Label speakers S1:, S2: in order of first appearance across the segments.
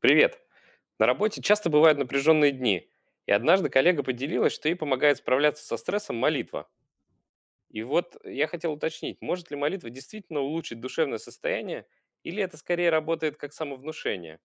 S1: Привет. На работе часто бывают напряженные дни. И однажды коллега поделилась, что ей помогает справляться со стрессом молитва. И вот я хотел уточнить, может ли молитва действительно улучшить душевное состояние, или это скорее работает как самовнушение?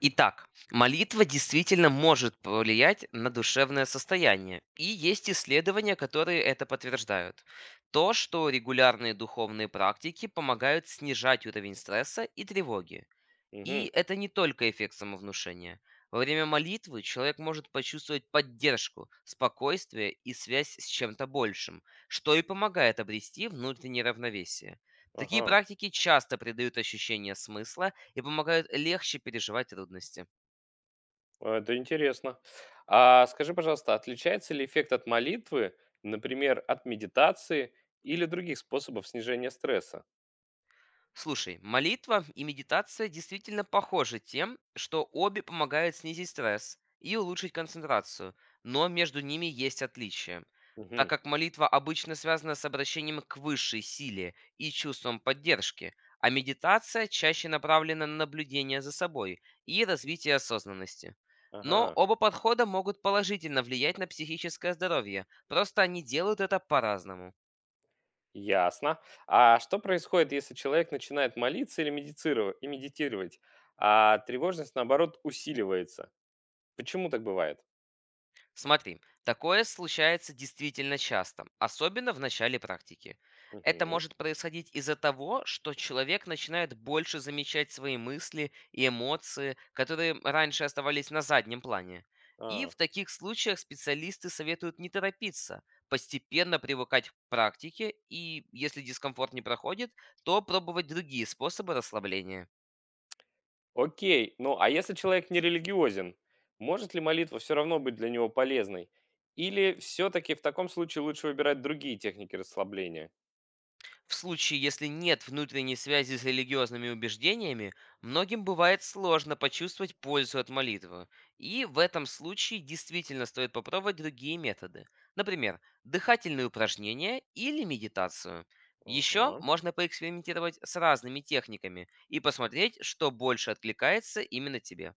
S2: Итак, молитва действительно может повлиять на душевное состояние, и есть исследования, которые это подтверждают. То, что регулярные духовные практики помогают снижать уровень стресса и тревоги.
S1: Угу.
S2: И это не только эффект самовнушения. Во время молитвы человек может почувствовать поддержку, спокойствие и связь с чем-то большим, что и помогает обрести внутреннее равновесие. Такие
S1: Ага.
S2: практики часто придают ощущение смысла и помогают легче переживать трудности.
S1: Это интересно. А скажи, пожалуйста, отличается ли эффект от молитвы, например, от медитации или других способов снижения стресса?
S2: Слушай, молитва и медитация действительно похожи тем, что обе помогают снизить стресс и улучшить концентрацию, но между ними есть отличия. Так
S1: Угу.
S2: как молитва обычно связана с обращением к высшей силе и чувством поддержки, а медитация чаще направлена на наблюдение за собой и развитие осознанности. Но
S1: Ага.
S2: оба подхода могут положительно влиять на психическое здоровье, просто они делают это по-разному.
S1: Ясно. А что происходит, если человек начинает молиться или и медитировать, а тревожность, наоборот, усиливается? Почему так бывает?
S2: Смотри, такое случается действительно часто, особенно в начале практики. Это
S1: Мгм.
S2: может происходить из-за того, что человек начинает больше замечать свои мысли и эмоции, которые раньше оставались на заднем плане. И
S1: А,
S2: в таких случаях специалисты советуют не торопиться, постепенно привыкать к практике и, если дискомфорт не проходит, то пробовать другие способы расслабления.
S1: окей. Ну, а если человек не религиозен, может ли молитва все равно быть для него полезной? Или все-таки в таком случае лучше выбирать другие техники расслабления?
S2: В случае, если нет внутренней связи с религиозными убеждениями, многим бывает сложно почувствовать пользу от молитвы. И в этом случае действительно стоит попробовать другие методы. Например, дыхательные упражнения или медитацию. Еще
S1: Ага.
S2: можно поэкспериментировать с разными техниками и посмотреть, что больше откликается именно тебе.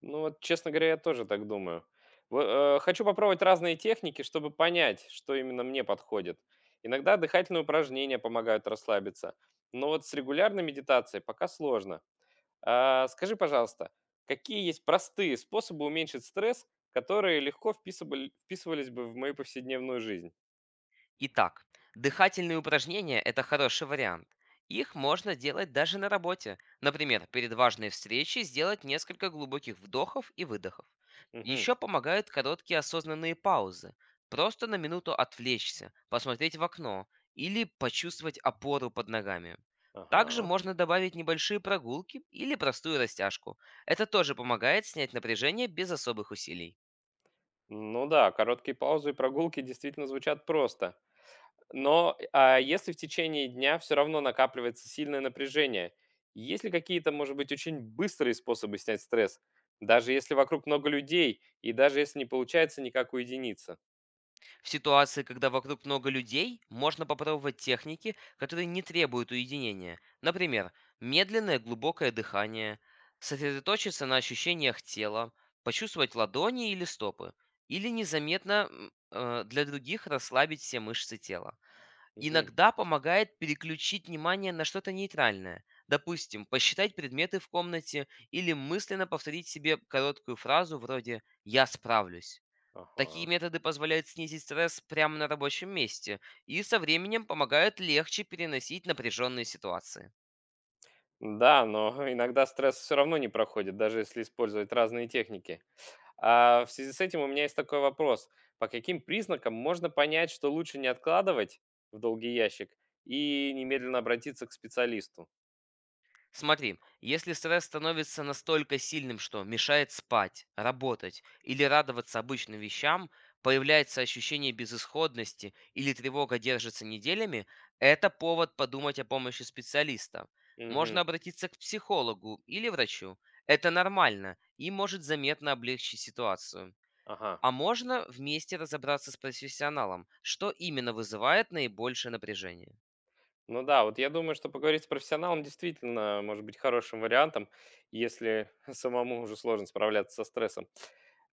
S1: Ну вот, честно говоря, я тоже так думаю. Хочу попробовать разные техники, чтобы понять, что именно мне подходит. Иногда дыхательные упражнения помогают расслабиться, но вот с регулярной медитацией пока сложно. Скажи, пожалуйста, какие есть простые способы уменьшить стресс, которые легко вписывались бы в мою повседневную жизнь?
S2: Итак, дыхательные упражнения– это хороший вариант. Их можно делать даже на работе. Например, перед важной встречей сделать несколько глубоких вдохов и выдохов.
S1: Мгм.
S2: Еще помогают короткие осознанные паузы. Просто на минуту отвлечься, посмотреть в окно или почувствовать опору под ногами. Также
S1: Ага.
S2: можно добавить небольшие прогулки или простую растяжку. Это тоже помогает снять напряжение без особых усилий.
S1: Ну да, короткие паузы и прогулки действительно звучат просто. Но, а если в течение дня все равно накапливается сильное напряжение, есть ли какие-то, может быть, очень быстрые способы снять стресс, даже если вокруг много людей и даже если не получается никак уединиться?
S2: В ситуации, когда вокруг много людей, можно попробовать техники, которые не требуют уединения. Например, медленное глубокое дыхание, сосредоточиться на ощущениях тела, почувствовать ладони или стопы, или незаметно для других расслабить все мышцы тела.
S1: Мгм.
S2: Иногда помогает переключить внимание на что-то нейтральное. Допустим, посчитать предметы в комнате или мысленно повторить себе короткую фразу вроде «я справлюсь». Такие
S1: Ага.
S2: методы позволяют снизить стресс прямо на рабочем месте и со временем помогают легче переносить напряженные ситуации.
S1: Да, но иногда стресс все равно не проходит, даже если использовать разные техники. А в связи с этим у меня есть такой вопрос. По каким признакам можно понять, что лучше не откладывать в долгий ящик и немедленно обратиться к специалисту?
S2: Смотри, если стресс становится настолько сильным, что мешает спать, работать или радоваться обычным вещам, появляется ощущение безысходности или тревога держится неделями, это повод подумать о помощи специалиста.
S1: Мгм.
S2: Можно обратиться к психологу или врачу. Это нормально и может заметно облегчить ситуацию.
S1: Ага.
S2: А можно вместе разобраться с профессионалом, что именно вызывает наибольшее напряжение.
S1: Ну да, вот я думаю, что поговорить с профессионалом действительно может быть хорошим вариантом, если самому уже сложно справляться со стрессом.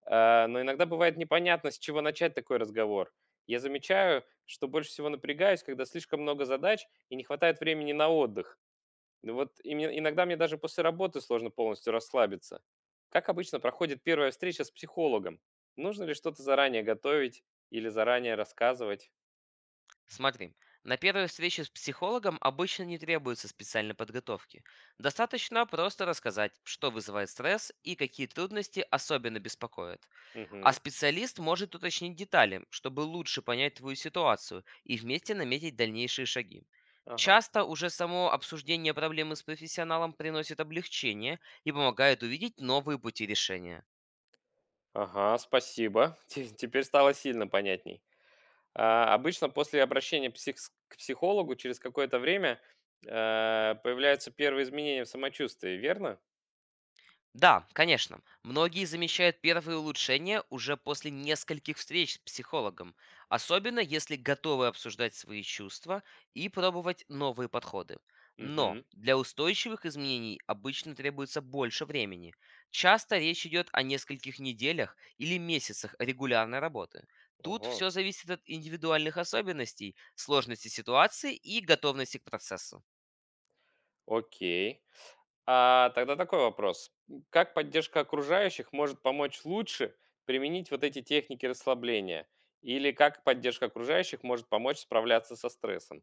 S1: Но иногда бывает непонятно, с чего начать такой разговор. Я замечаю, что больше всего напрягаюсь, когда слишком много задач и не хватает времени на отдых. Иногда мне даже после работы сложно полностью расслабиться. Как обычно проходит первая встреча с психологом? Нужно ли что-то заранее готовить или заранее рассказывать?
S2: Смотри, на первой встрече с психологом обычно не требуется специальной подготовки. Достаточно просто рассказать, что вызывает стресс и какие трудности особенно беспокоят. А
S1: Угу.
S2: специалист может уточнить детали, чтобы лучше понять твою ситуацию и вместе наметить дальнейшие шаги.
S1: Ага.
S2: Часто уже само обсуждение проблемы с профессионалом приносит облегчение и помогает увидеть новые пути решения.
S1: Ага, спасибо. Теперь стало сильно понятней. А, обычно после обращения к психологу через какое-то время появляются первые изменения в самочувствии, верно?
S2: Да, конечно. Многие замечают первые улучшения уже после нескольких встреч с психологом, особенно если готовы обсуждать свои чувства и пробовать новые подходы. Но
S1: Угу.
S2: для устойчивых изменений обычно требуется больше времени. Часто речь идет о нескольких неделях или месяцах регулярной работы. Тут
S1: Ого.
S2: все зависит от индивидуальных особенностей, сложности ситуации и готовности к процессу.
S1: Окей. А тогда такой вопрос. Как поддержка окружающих может помочь лучше применить вот эти техники расслабления? Или как поддержка окружающих может помочь справляться со стрессом?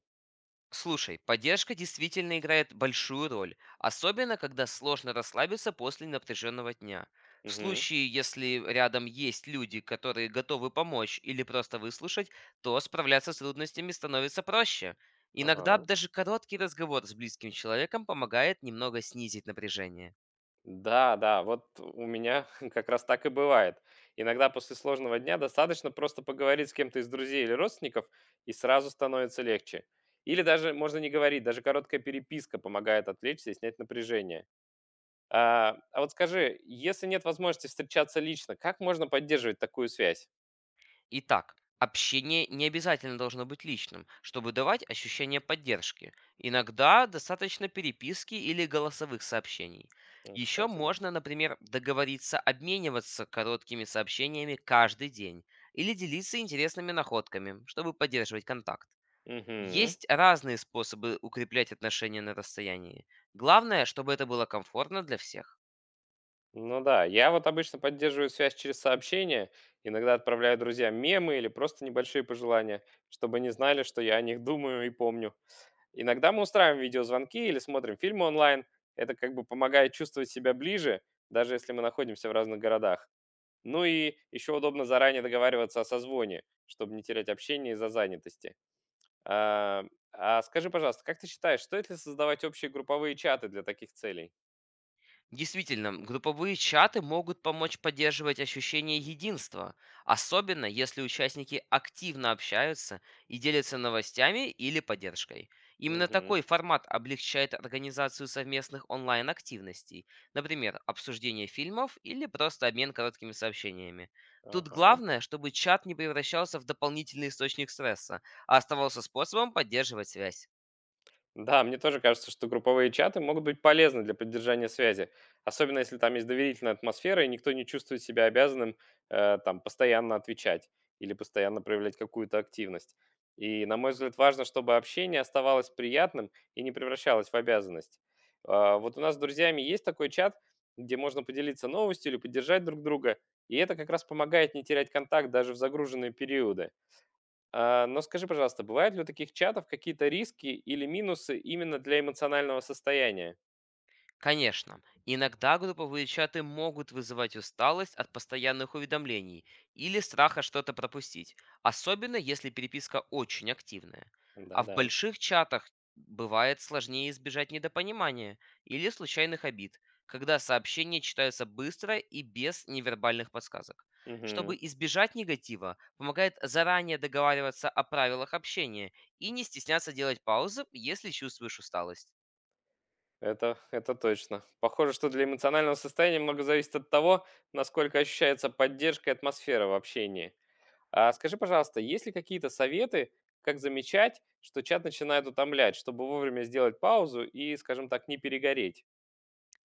S2: Слушай, поддержка действительно играет большую роль, особенно когда сложно расслабиться после напряженного дня. В
S1: Угу.
S2: случае, если рядом есть люди, которые готовы помочь или просто выслушать, то справляться с трудностями становится проще. Иногда
S1: Ага.
S2: даже короткий разговор с близким человеком помогает немного снизить напряжение.
S1: Да, да, вот у меня как раз так и бывает. Иногда после сложного дня достаточно просто поговорить с кем-то из друзей или родственников, и сразу становится легче. Или даже можно не говорить, даже короткая переписка помогает отвлечься и снять напряжение. А вот скажи, если нет возможности встречаться лично, как можно поддерживать такую связь?
S2: Итак, общение не обязательно должно быть личным, чтобы давать ощущение поддержки. Иногда достаточно переписки или голосовых сообщений. Еще
S1: Кстати, да.
S2: можно, например, договориться обмениваться короткими сообщениями каждый день или делиться интересными находками, чтобы поддерживать контакт.
S1: Мгм.
S2: Есть разные способы укреплять отношения на расстоянии. Главное, чтобы это было комфортно для всех.
S1: Ну да, я вот обычно поддерживаю связь через сообщения, иногда отправляю друзьям мемы или просто небольшие пожелания, чтобы они знали, что я о них думаю и помню. Иногда мы устраиваем видеозвонки или смотрим фильмы онлайн. Это как бы помогает чувствовать себя ближе, даже если мы находимся в разных городах. Ну и еще удобно заранее договариваться о созвоне, чтобы не терять общение из-за занятости. А, а скажи, пожалуйста, как ты считаешь, стоит ли создавать общие групповые чаты для таких целей?
S2: Действительно, групповые чаты могут помочь поддерживать ощущение единства, особенно если участники активно общаются и делятся новостями или поддержкой. Именно
S1: Угу.
S2: такой формат облегчает организацию совместных онлайн-активностей, например, обсуждение фильмов или просто обмен короткими сообщениями. Тут
S1: Ага.
S2: главное, чтобы чат не превращался в дополнительный источник стресса, а оставался способом поддерживать связь.
S1: Да, мне тоже кажется, что групповые чаты могут быть полезны для поддержания связи, особенно если там есть доверительная атмосфера и никто не чувствует себя обязанным там постоянно отвечать или постоянно проявлять какую-то активность. И, на мой взгляд, важно, чтобы общение оставалось приятным и не превращалось в обязанность. А, вот у нас с друзьями есть такой чат, где можно поделиться новостью или поддержать друг друга, и это как раз помогает не терять контакт даже в загруженные периоды. А, но скажи, пожалуйста, бывают ли у таких чатов какие-то риски или минусы именно для эмоционального состояния?
S2: Конечно, иногда групповые чаты могут вызывать усталость от постоянных уведомлений или страха что-то пропустить, особенно если переписка очень активная. А в
S1: Да-да.
S2: больших чатах бывает сложнее избежать недопонимания или случайных обид, когда сообщения читаются быстро и без невербальных подсказок.
S1: Мгм.
S2: Чтобы избежать негатива, помогает заранее договариваться о правилах общения и не стесняться делать паузы, если чувствуешь усталость.
S1: Это точно. Похоже, что для эмоционального состояния много зависит от того, насколько ощущается поддержка и атмосфера в общении. А скажи, пожалуйста, есть ли какие-то советы, как замечать, что чат начинает утомлять, чтобы вовремя сделать паузу и, скажем так, не перегореть?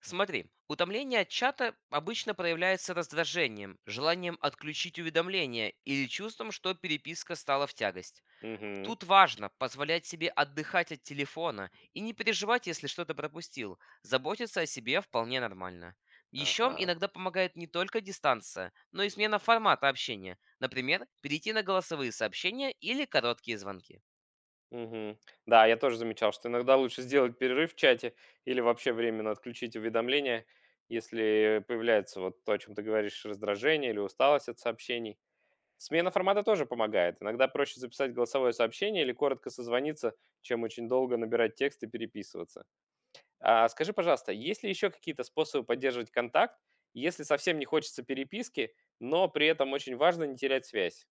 S2: Смотри, утомление от чата обычно проявляется раздражением, желанием отключить уведомления или чувством, что переписка стала в тягость.
S1: Мгм.
S2: Тут важно позволять себе отдыхать от телефона и не переживать, если что-то пропустил. Заботиться о себе вполне нормально. Еще
S1: Ага.
S2: иногда помогает не только дистанция, но и смена формата общения. Например, перейти на голосовые сообщения или короткие звонки.
S1: Мгм. Да, я тоже замечал, что иногда лучше сделать перерыв в чате или вообще временно отключить уведомления, если появляется вот то, о чем ты говоришь, раздражение или усталость от сообщений. Смена формата тоже помогает. Иногда проще записать голосовое сообщение или коротко созвониться, чем очень долго набирать текст и переписываться. А скажи, пожалуйста, есть ли еще какие-то способы поддерживать контакт, если совсем не хочется переписки, но при этом очень важно не терять связь?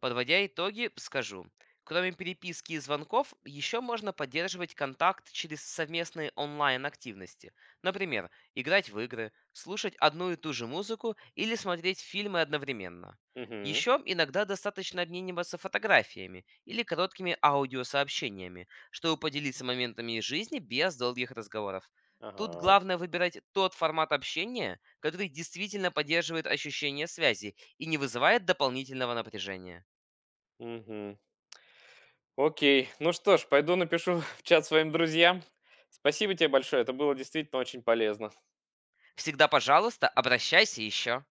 S2: Подводя итоги, скажу. Кроме переписки и звонков, еще можно поддерживать контакт через совместные онлайн-активности. Например, играть в игры, слушать одну и ту же музыку или смотреть фильмы одновременно.
S1: Угу.
S2: Еще иногда достаточно обмениваться фотографиями или короткими аудиосообщениями, чтобы поделиться моментами из жизни без долгих разговоров. Тут
S1: Ага.
S2: главное выбирать тот формат общения, который действительно поддерживает ощущение связи и не вызывает дополнительного напряжения.
S1: Мгм. Окей. Ну что ж, пойду напишу в чат своим друзьям. Спасибо тебе большое. Это было действительно очень полезно.
S2: Всегда, пожалуйста, обращайся еще.